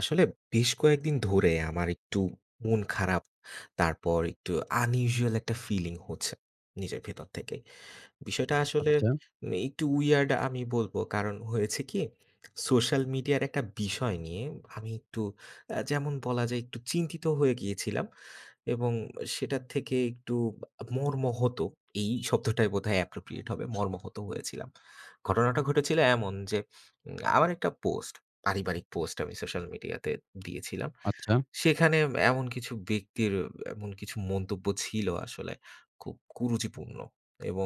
আসলে বেশ কয়েকদিন ধরে আমার একটু মন খারাপ। তারপর একটু unusual একটা ফিলিং হচ্ছে নিজের ভেতর থেকেই। বিষয়টা আসলে আচ্ছা, একটু উইয়ার্ড আমি বলব। কারণ হয়েছে কি? সোশ্যাল মিডিয়ার একটা বিষয় নিয়ে আমি একটু যেমন বলা যায় একটু চিন্তিত হয়ে গিয়েছিলাম এবং সেটার থেকে একটু মর্মহত এই শব্দটাই বোধহয় অ্যাপ্রোপ্রিয়েট হবে। মর্মাহত হয়েছিলাম। ঘটনাটা ঘটেছিল এমন যে, আমার একটা পোস্ট, পারিবারিক পোস্ট আমি সোশ্যাল মিডিয়াতে দিয়েছিলাম। আচ্ছা, সেখানে এমন কিছু ব্যক্তির এমন কিছু মন্তব্য ছিল আসলে খুব কুরুচিপূর্ণ এবং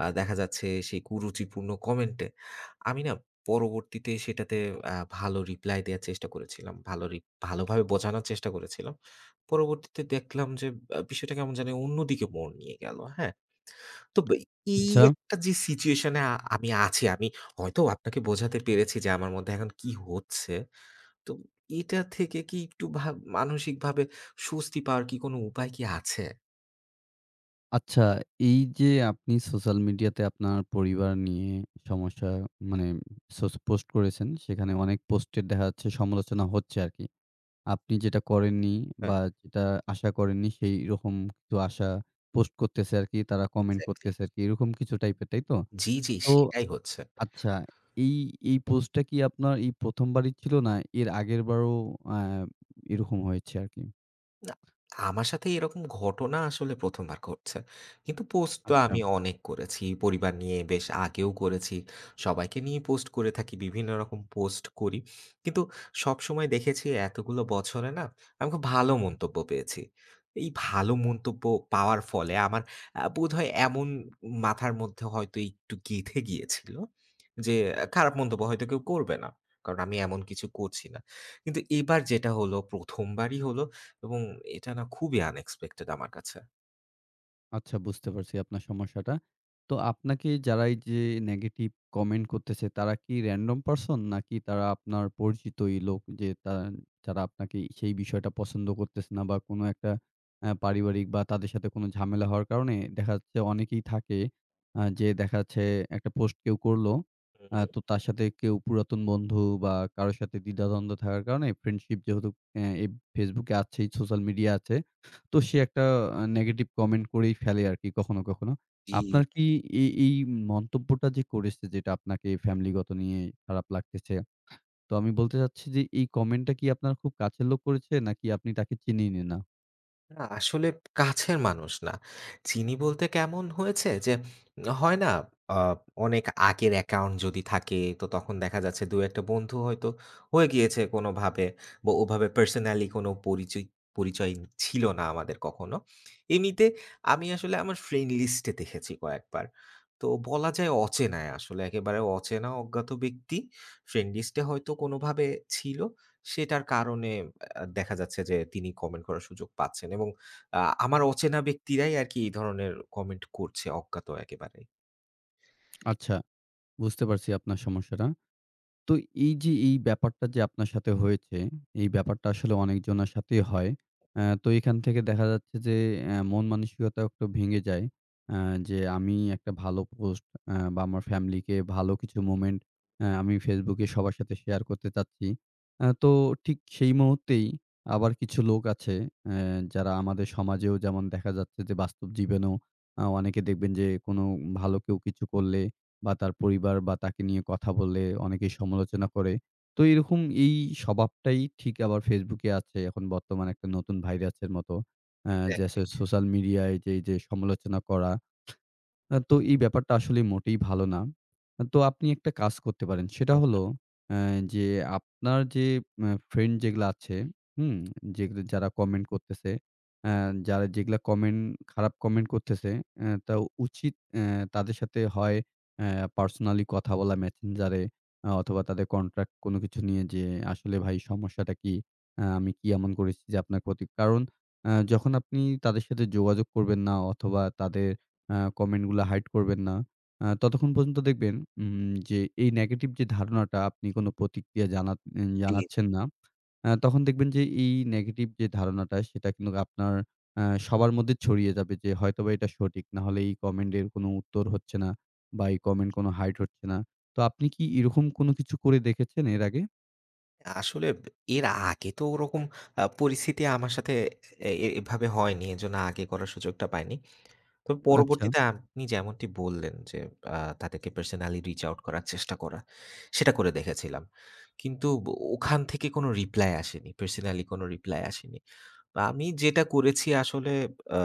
দেখা যাচ্ছে সেই কুরুচিপূর্ণ কমেন্টে আমি না পরবর্তীতে সেটাতে ভালো রিপ্লাই দেয়ার চেষ্টা করেছিলাম। ভালোভাবে বোঝানোর চেষ্টা করেছিলাম। পরবর্তীতে দেখলাম যে বিষয়টা কেমন জানি অন্যদিকে মোড় নিয়ে গেল, হ্যাঁ? তো বে এই আচ্ছা, একটা যে সিচুয়েশন এ আমি আছি, আমি হয়তো আপনাকে বোঝাতে পেরেছি যে আমার মধ্যে এখন কি হচ্ছে। তো এটা থেকে কি একটু মানসিকভাবে স্বস্তি পাওয়ার কি কোনো উপায় কি আছে? আচ্ছা। এই যে আপনি সোশ্যাল মিডিয়াতে আপনার পরিবার নিয়ে সমস্যা মানে পোস্ট করেছেন, সেখানে অনেক পোস্টের দেখা যাচ্ছে সমালোচনা হচ্ছে আরকি। আপনি যেটা করেননি হ্যাঁ, বা যেটা আশা করেননি সেইরকম কিছু পোস্ট করতেছে আরকি, তারা কমেন্ট এক্সাক্টলি। করতেছে আরকি। এরকম কিছু টাইপের, তাই তো? জি, জি, তো সেটাই হচ্ছে। আচ্ছা, এই, এই পোস্টটা কি আপনার এই ১ম বারই ছিল না এর আগের বারও আ এরকম হয়েছে আরকি? না, আমার সাথে এরকম ঘটনা আসলে ১ম বার ঘটছে। কিন্তু পোস্ট তো হুম। আচ্ছা। আমি অনেক করেছি। পরিবার নিয়ে বেশ আগেও করেছি। সবাইকে নিয়ে পোস্ট করে থাকি। বিভিন্ন রকম পোস্ট করি। কিন্তু সবসময় দেখেছি এতগুলো বছরে না আমি খুব ভালো মন্তব্য পেয়েছি। এই ভালো মন্তব্য পাওয়ার ফলে আমার বোধহয় এমন মাথার মধ্যে হয়তো একটু গেঁথে গিয়েছিল যে আহ, খারাপ মন্তব্য হয়তো কেউ করবে না। কারণ আমি এমন কিছু করছি না। কিন্তু এবার যেটা হলো, ১ম বারই হলো এবং এটা না খুবই আনএক্সপেক্টেড আমার কাছে। আচ্ছা, বুঝতে পারছি আপনার সমস্যাটা। তো আপনাকে যারা এই যে নেগেটিভ কমেন্ট করতেছে তারা কি র‍্যান্ডম পারসন? নাকি তারা আপনার পরিচিতই লোক, যে যারা আপনাকে সেই বিষয়টা পছন্দ করতেছে না বা কোনো একটা পারিবারিক বা তাদের সাথে কোনো ঝামেলা হওয়ার কারণে দেখা যাচ্ছে অনেকেই থাকে, যে দেখা যাচ্ছে একটা পোস্ট কেউ করলো, হুম। তো তার সাথে কেউ পুরাতন বন্ধু বা কারো সাথে দ্বিধাদ্বন্দ্ব থাকার কারণে ফ্রেন্ডশিপ, যেহেতু এই Facebook এ আছেই, সোশ্যাল মিডিয়া আছে, তো সে একটা নেগেটিভ কমেন্ট করেই ফেলে আরকি কখনো, কখনো। জি। আপনার কি এই এই মন্তব্যটা যে করেছে, যেটা আপনাকে ফ্যামিলিগত নিয়ে খারাপ লাগতেছে, তো আমি বলতে চাচ্ছি যে এই কমেন্টটা কি আপনার খুব কাছের লোক করেছে, নাকি আপনি তাকে চিনেনই না? না, আসলে কাছের মানুষ না। চিনি বলতে কেমন হয়েছে যে, হয় না আ অনেক আগের অ্যাকাউন্ট যদি থাকে তো তখন দেখা যাচ্ছে ২-১ টা বন্ধু হয়তো হয়ে গিয়েছে কোনোভাবে বা ওভাবে পার্সোনালি কোনো পরিচয় পরিচয় ছিল না আমাদের কখনো। এমনিতে আমি আসলে আমার ফ্রেন্ড লিস্টে দেখেছি কয়েকবার। তো বলা যায় অচেনায় আসলে একেবারে অচেনা অজ্ঞাত ব্যক্তি ফ্রেন্ড লিস্টে হয়তো কোনোভাবে ছিল। সেটার কারণে দেখা যাচ্ছে যে তিনি কমেন্ট করার সুযোগ পাচ্ছেন এবং আ আমার অচেনা ব্যক্তিরাই আরকি এই ধরনের কমেন্ট করছে অজ্ঞাত একেবারে। আচ্ছা, বুঝতে পারছি আপনার সমস্যাটা। তো এই যে এই ব্যাপারটা যে আপনার সাথে হয়েছে, এই ব্যাপারটা আসলে অনেকজনের সাথেই হয়। তো এখান থেকে দেখা যাচ্ছে যে মন মানসিকতাও একটু ভেঙে যায়। অ্যা যে আমি একটা ভালো পোস্ট বা আমার ফ্যামিলিকে ভালো কিছু মোমেন্ট আমি Facebook এ সবার সাথে শেয়ার করতে চাচ্ছি। তো ঠিক সেই মুহূর্তেই আবার কিছু লোক আছে, অ্যা যারা আমাদের সমাজেও যেমন দেখা যাচ্ছে যে বাস্তব জীবনেও অনেকে দেখবেন যে কোনো ভালো কেউ কিছু করলে বা তার পরিবার বা তাকে নিয়ে কথা বলে অনেকেই সমালোচনা করে। তো এরকম এই স্বভাবটাই ঠিক আবার Facebook এ আছে এখন বর্তমানে একটা নতুন ভাইরাসের মতো। যে এক্সাক্টলি। আসলে সোশ্যাল মিডিয়ায় যে সমালোচনা করা, তো এই ব্যাপারটা আসলে মোটেই ভালো না। তো আপনি একটা কাজ করতে পারেন। সেটা হলো, হুম। অ্যা যে আপনার যে ফ্রেন্ড যেগুলা আছে, হুম? যেগুলো যারা কমেন্ট করতেছে, অ্যা যারা যেগুলা খারাপ কমেন্ট করতেছে, অ্যা তা উচিত তাদের সাথে হয় পার্সোনালি কথা বলা Messenger এ, অথবা তাদের কন্ট্রাক্ট কোনো কিছু নিয়ে যে, "আসলে ভাই, সমস্যাটা কি? আমি কি এমন করেছি যে আপনার ক্ষতি?" কারণ যখন আপনি তাদের সাথে যোগাযোগ করবেন না অথবা তাদের কমেন্টগুলা হাইড করবেন না, ততক্ষণ পর্যন্ত দেখবেন যে এই নেগেটিভ যে ধারণাটা আপনি কোনো প্রতিক্রিয়া জি, জি। জানাচ্ছেন না। তখন দেখবেন যে এই নেগেটিভ যে ধারণাটা সেটা কিন্তু আপনার আ সবার মধ্যে ছড়িয়ে যাবে যে হয়তোবা এটা সঠিক। না হলে এই কমেন্টের কোনো উত্তর হচ্ছে না বা এই কমেন্ট কোনো হাইড হচ্ছে না। তো আপনি কি এরকম কোনো কিছু করে দেখেছেন এর আগে? আসলে এর আগে তো ওরকম পরিস্থিতি আমার সাথে এ এ এভাবে হয়নি। এজন্য আগে করার সুযোগটা পাইনি। তো আচ্ছা। পরবর্তীতে আপনি যেমনটি বললেন যে তাদেরকে পার্সোনালি রিচ আউট করার চেষ্টা করা, সেটা করে দেখেছিলাম। কিন্তু ওখান থেকে কোনো রিপ্লাই আসেনি। পার্সোনালি কোনো রিপ্লাই আসেনি। বা আমি যেটা করেছি আসলে আ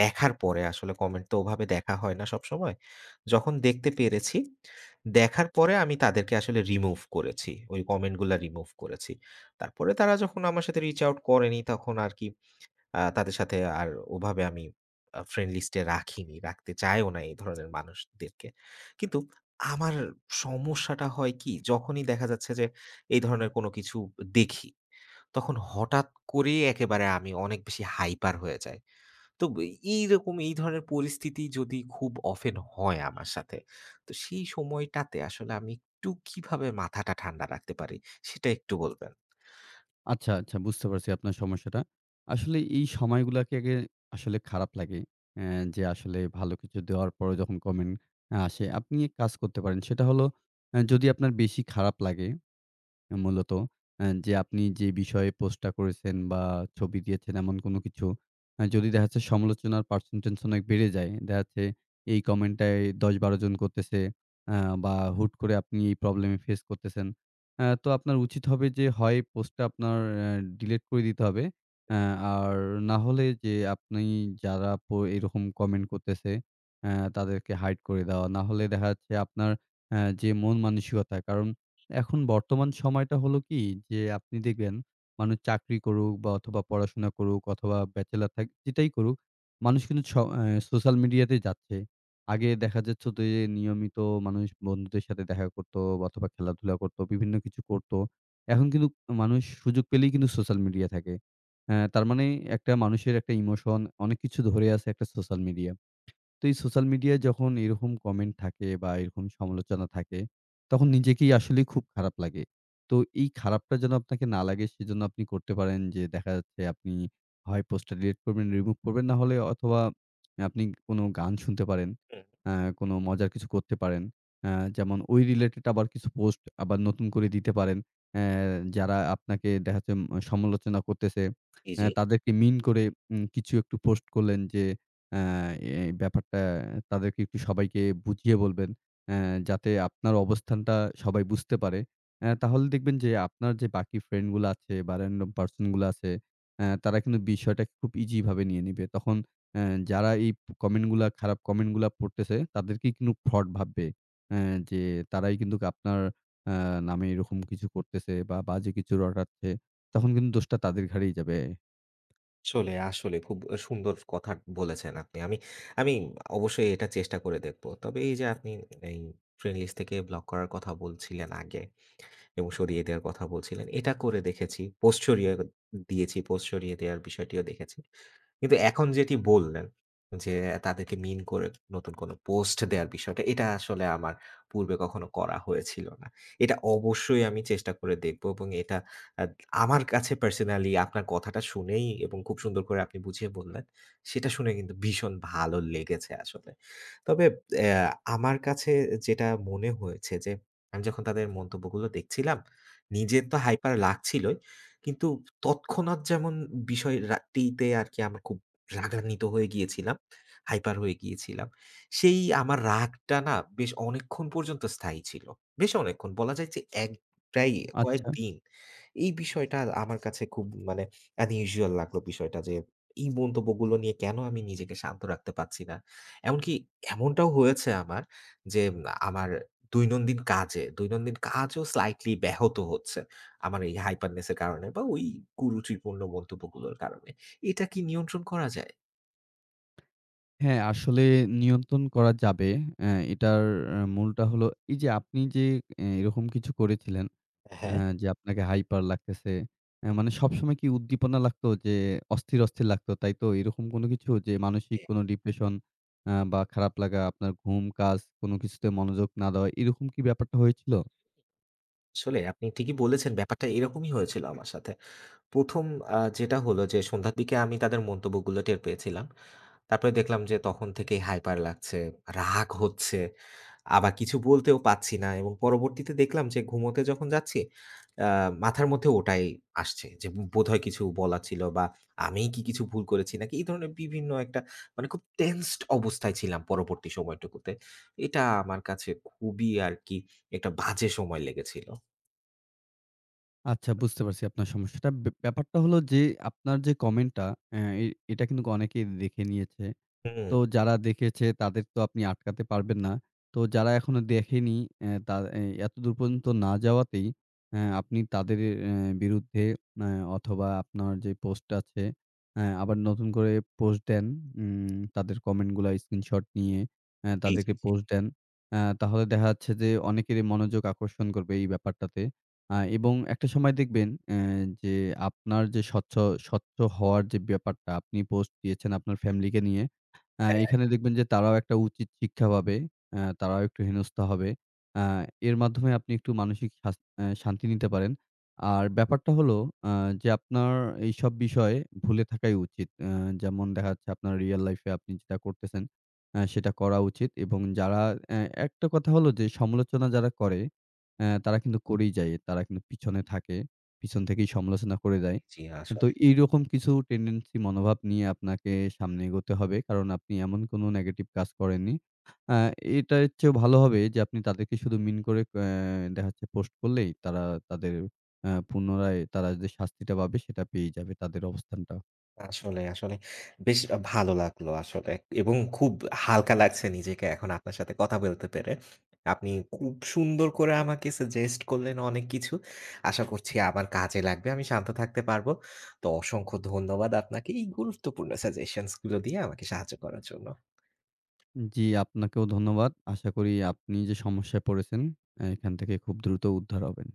দেখার পরে আসলে কমেন্ট তো ওভাবে দেখা হয় না সবসময়। যখন দেখতে পেরেছি, দেখার পরে আমি তাদেরকে আসলে রিমুভ করেছি। ওই কমেন্ট গুলা রিমুভ করেছি। তারপরে তারা যখন আমার সাথে রিচ আউট করেনি তখন আর কি তাদের সাথে আর ওভাবে আমি ফ্রেন্ড লিস্টে রাখিনি। রাখতে চাইও না এই ধরনের মানুষদেরকে। কিন্তু আমার সমস্যাটা হয় কি? যখনই দেখা যাচ্ছে যে এই ধরনের কোনো কিছু দেখি, তখন হঠাৎ করেই একেবারে আমি অনেক বেশি হাইপার হয়ে যাই। তো এইরকম এই ধরনের পরিস্থিতি যদি খুব অফেন হয় আমার সাথে, তো সেই সময়টাতে আসলে আমি একটু কিভাবে মাথাটা ঠান্ডা রাখতে পারি সেটা একটু বলবেন? আচ্ছা, আচ্ছা, বুঝতে পারছি আপনার সমস্যাটা। আসলে এই সময়গুলাকে আগে আসলে খারাপ লাগে। অ্যা যে আসলে ভালো কিছু দেওয়ার পরেও যখন কমেন্ট আসে, আপনি এক কাজ করতে পারেন। সেটা হলো, যদি আপনার বেশি খারাপ লাগে মূলত, যে আপনি যে বিষয়ে পোস্টটা করেছেন বা ছবি দিয়েছেন এমন কোনো কিছু, যদি দেখা যাচ্ছে সমালোচনার পার্সেন্টেজ অনেক বেড়ে যায়। দেখা যাচ্ছে এই কমেন্টটাই ১০-১২ জন করতেছে, বা হুট করে আপনি এই প্রবলেমে ফেস করতেছেন। তো আপনার উচিত হবে যে হয় পোস্টটা আপনার ডিলিট করে দিতে হবে। অ্যা আর না হলে যে আপনি যারা এরকম কমেন্ট করতেছে তাদেরকে হাইড করে দেওয়া। না হলে দেখা যাচ্ছে আপনার যে মন মানসিকতা, কারণ এখন বর্তমান সময়টা হলো কি, যে আপনি দেখবেন মানুষ চাকরি করুক বা অথবা পড়াশোনা করুক অথবা ব্যাচেলর থাক যেটাই করুক, মানুষ কিন্তু স অ্যা সোশ্যাল মিডিয়াতেই যাচ্ছে। আগে দেখা যাচ্ছে তো যে নিয়মিত মানুষ বন্ধুদের সাথে দেখা করত অথবা খেলাধুলা করত, বিভিন্ন কিছু করত। এখন কিন্তু মানুষ সুযোগ পেলেই কিন্তু সোশ্যাল মিডিয়া থাকে। তার মানে একটা মানুষের একটা ইমোশন অনেক কিছু ধরে আছে একটা সোশ্যাল মিডিয়া। তো এই সোশ্যাল মিডিয়ায় যখন এরকম কমেন্ট থাকে বা এরকম সমালোচনা থাকে, তখন নিজেকেই আসলেই খুব খারাপ লাগে। তো এই খারাপটা যেন আপনাকে না লাগে, সেজন্য আপনি করতে পারেন যে দেখা যাচ্ছে আপনি হয় পোস্টটা ডিলিট করবেন, রিমুভ করবেন, না হলে অথবা আপনি কোনো গান শুনতে পারেন, হুম, আ কোনো মজার কিছু করতে পারেন। আ যেমন ওই রিলেটেড আবার কিছু পোস্ট আবার নতুন করে দিতে পারেন। অ্যা যারা আপনাকে দেখা যাচ্ছে সমালোচনা করতেছে, জি, জি। তাদেরকে মিন করে কিছু একটু পোস্ট করলেন যে অ্যা এই ব্যাপারটা তাদেরকে একটু, সবাইকে বুঝিয়ে বলবেন। অ্যা যাতে আপনার অবস্থানটা সবাই বুঝতে পারে। তাহলে দেখবেন যে আপনার যে বাকি ফ্রেন্ড গুলো আছে বা random পারসন গুলো আছে, তারা কিন্তু বিষয়টা খুব ইজি ভাবে নিয়ে নিবে। তখন অ্যা যারা এই কমেন্ট গুলা, খারাপ কমেন্ট গুলা পড়তেছে তাদেরকেই কিন্তু ফ্রড ভাববে। অ্যা যে তারাই কিন্তু আপনার অ্যা নামে এরকম কিছু করতেছে বা বাজে কিছু রটাচ্ছে। তখন কিন্তু দোষটা তাদের ঘাড়েই যাবে। আসলে খুব সুন্দর কথা বলেছেন আপনি। আমি আমি অবশ্যই এটা চেষ্টা করে দেখব। তবে এই যে আপনি এই ফ্রেন্ড লিস্ট থেকে ব্লক করার কথা বলছিলেন আগে। এবং সরিয়ে দেওয়ার কথা বলছিলেন। এটা করে দেখেছি। পোস্ট সরিয়ে দিয়েছি, পোস্ট সরিয়ে দেওয়ার বিষয়টিও দেখেছি। কিন্তু এখন যেটি বললেন যে, তাদেরকে মিন করে নতুন কোনো পোস্ট দেওয়ার বিষয়টা, এটা আসলে আমার পূর্বে কখনো করা হয়েছিল না। এটা অবশ্যই আমি চেষ্টা করে দেখব এবং এটা আদ আমার কাছে পার্সোনালি আপনার কথাটা শুনেই এবং খুব সুন্দর করে আপনি বুঝিয়ে বললেন, সেটা শুনে কিন্তু ভীষণ ভালো লেগেছে আসলে। তবে অ্যা আমার কাছে যেটা মনে হয়েছে যে আমি যখন তাদের মন্তব্যগুলো দেখছিলাম, নিজের তো হাইপার লাগছিলই। কিন্তু তৎক্ষণাৎ যেমন বিষয় রাটিতে আরকি আমরা খুব রাগান্বিত হয়ে গিয়েছিলাম, হাইপার হয়ে গিয়েছিলাম। সেই আমার রাগটা না বেশ অনেকক্ষণ পর্যন্ত স্থায়ী ছিল। বেশ অনেকক্ষণ বলা যায় যে এক প্রায় আচ্ছা। কয়েকদিন। এই বিষয়টা আমার কাছে খুব মানে unusual লাগলো বিষয়টা যে এই মন্তব্যগুলো নিয়ে কেন আমি নিজেকে শান্ত রাখতে পারছি না। এমনকি এমনটাও হয়েছে আমার যে আমার দৈনন্দিন কাজে, দৈনন্দিন কাজও স্লাইটলি ব্যাহত হচ্ছে। আমার এই হাইপারনেস এর কারণে বা ওই কুরুচিপূর্ণ মন্তব্যগুলোর কারণে। এটা কি নিয়ন্ত্রণ করা যায়? হ্যাঁ, আসলে নিয়ন্ত্রণ করা যাবে। এটার মূলটা হলো এই যে আপনি যে এরকম কিছু করেছিলেন, অ্যা হ্যাঁ। যে আপনাকে হাইপার লাগতেছে। মানে সবসময় কি উদ্দীপনা লাগতো, যে অস্থির, অস্থির লাগতো, তাই তো? এরকম কোনো কিছু যে মানসিক হ্যাঁ, কোনো ডিপ্রেশন বা খারাপ লাগা, আপনার ঘুম, কাজ কোনো কিছুতে মনোযোগ না দেওয়া, এরকম কি ব্যাপারটা হয়েছিল? আসলে আপনি ঠিকই বলেছেন ব্যাপারটা এরকমই হয়েছিল আমার সাথে। ১ম যেটা হলো যে সন্ধ্যার দিকে আমি তাদের মন্তব্যগুলো টের পেয়েছিলাম। তারপরে দেখলাম যে তখন থেকেই হাইপার লাগছে, রাগ হচ্ছে। আবার কিছু বলতেও পারছি না এবং পরবর্তীতে দেখলাম যে ঘুমোতে যখন যাচ্ছি, আ মাথার মধ্যে ওটাই আসছে যে বোধহয় কিছু বলা ছিল বা আমিই কি কিছু ভুল করেছি নাকি এই ধরনের বিভিন্ন একটা মানে খুব টেন্সড অবস্থায় ছিলাম পরবর্তী সময়টুকুতে। এটা আমার কাছে খুবই আরকি একটা বাজে সময় লেগেছিল। আচ্ছা, বুঝতে পারছি আপনার সমস্যাটা। ব্যাপারটা হলো যে আপনার যে কমেন্টটা, অ্যা এ এটা কিন্তু অনেকেই দেখে নিয়েছে। হুম। তো যারা দেখেছে তাদের তো আপনি আটকাতে পারবেন না। তো যারা এখনো দেখেনি, অ্যা তা এ এতদূর পর্যন্ত না যাওয়াতেই আপনি তাদের অ্যা বিরুদ্ধে অ্যা অথবা আপনার যে পোস্ট আছে, আবার নতুন করে পোস্ট দেন। তাদের কমেন্টগুলা স্ক্রিনশট নিয়ে জি, জি, তাদেরকে জি। পোস্ট দেন। তাহলে দেখা যাচ্ছে যে অনেকেরই মনোযোগ আকর্ষণ করবে এই ব্যাপারটাতে। এবং একটা সময় দেখবেন যে আপনার যে স্বচ্ছ স্বচ্ছ হওয়ার যে ব্যাপারটা আপনি পোস্ট দিয়েছেন আপনার ফ্যামিলিকে নিয়ে, হ্যাঁ, এখানে দেখবেন যে তারাও একটা উচিত শিক্ষা পাবে। তারাও একটু হেনস্থা হবে। আ এর মাধ্যমে আপনি একটু মানসিক শাস আ শান্তি নিতে পারেন। আর ব্যাপারটা হলো, আ যে আপনার এইসব বিষয়ে ভুলে থাকাই উচিত। যেমন দেখা যাচ্ছে আপনার রিয়াল লাইফ এ আপনি যেটা করতেছেন, সেটা করা উচিত। এবং যারা, অ্যা একটা কথা হলো যে সমালোচনা যারা করে তারা কিন্তু করেই যায়। তারা কিন্তু পিছনে থাকে। পিছন থেকেই সমালোচনা করে যায়। জি তো আসলে। এইরকম কিছু টেনডেন্সি মনোভাব নিয়ে আপনাকে সামনে এগোতে হবে। কারণ আপনি এমন কোনো নেগেটিভ কাজ করেননি। আ এটার চেয়েও ভালো হবে যে আপনি তাদেরকে শুধু মিন করে, দেখা যাচ্ছে পোস্ট করলেই তারা তাদের পুনরায় তারা যে শাস্তিটা পাবে সেটা পেয়েই যাবে, তাদের অবস্থানটা। আসলে বেশ ভালো লাগলো আসলে এবং খুব হালকা লাগছে নিজেকে এখন আপনার সাথে কথা বলতে পেরে। আপনি খুব সুন্দর করে আমাকে সাজেস্ট করলেন অনেক কিছু। আশা করছি আমার কাজে লাগবে। আমি শান্ত থাকতে পারবো। তো অসংখ্য ধন্যবাদ আপনাকে এই গুরুত্বপূর্ণ সাজেশনস গুলো দিয়ে আমাকে সাহায্য করার জন্য। জি, আপনাকেও ধন্যবাদ। আশা করি আপনি যে সমস্যায় পড়েছেন, এখান থেকে খুব দ্রুত উদ্ধার হবেন।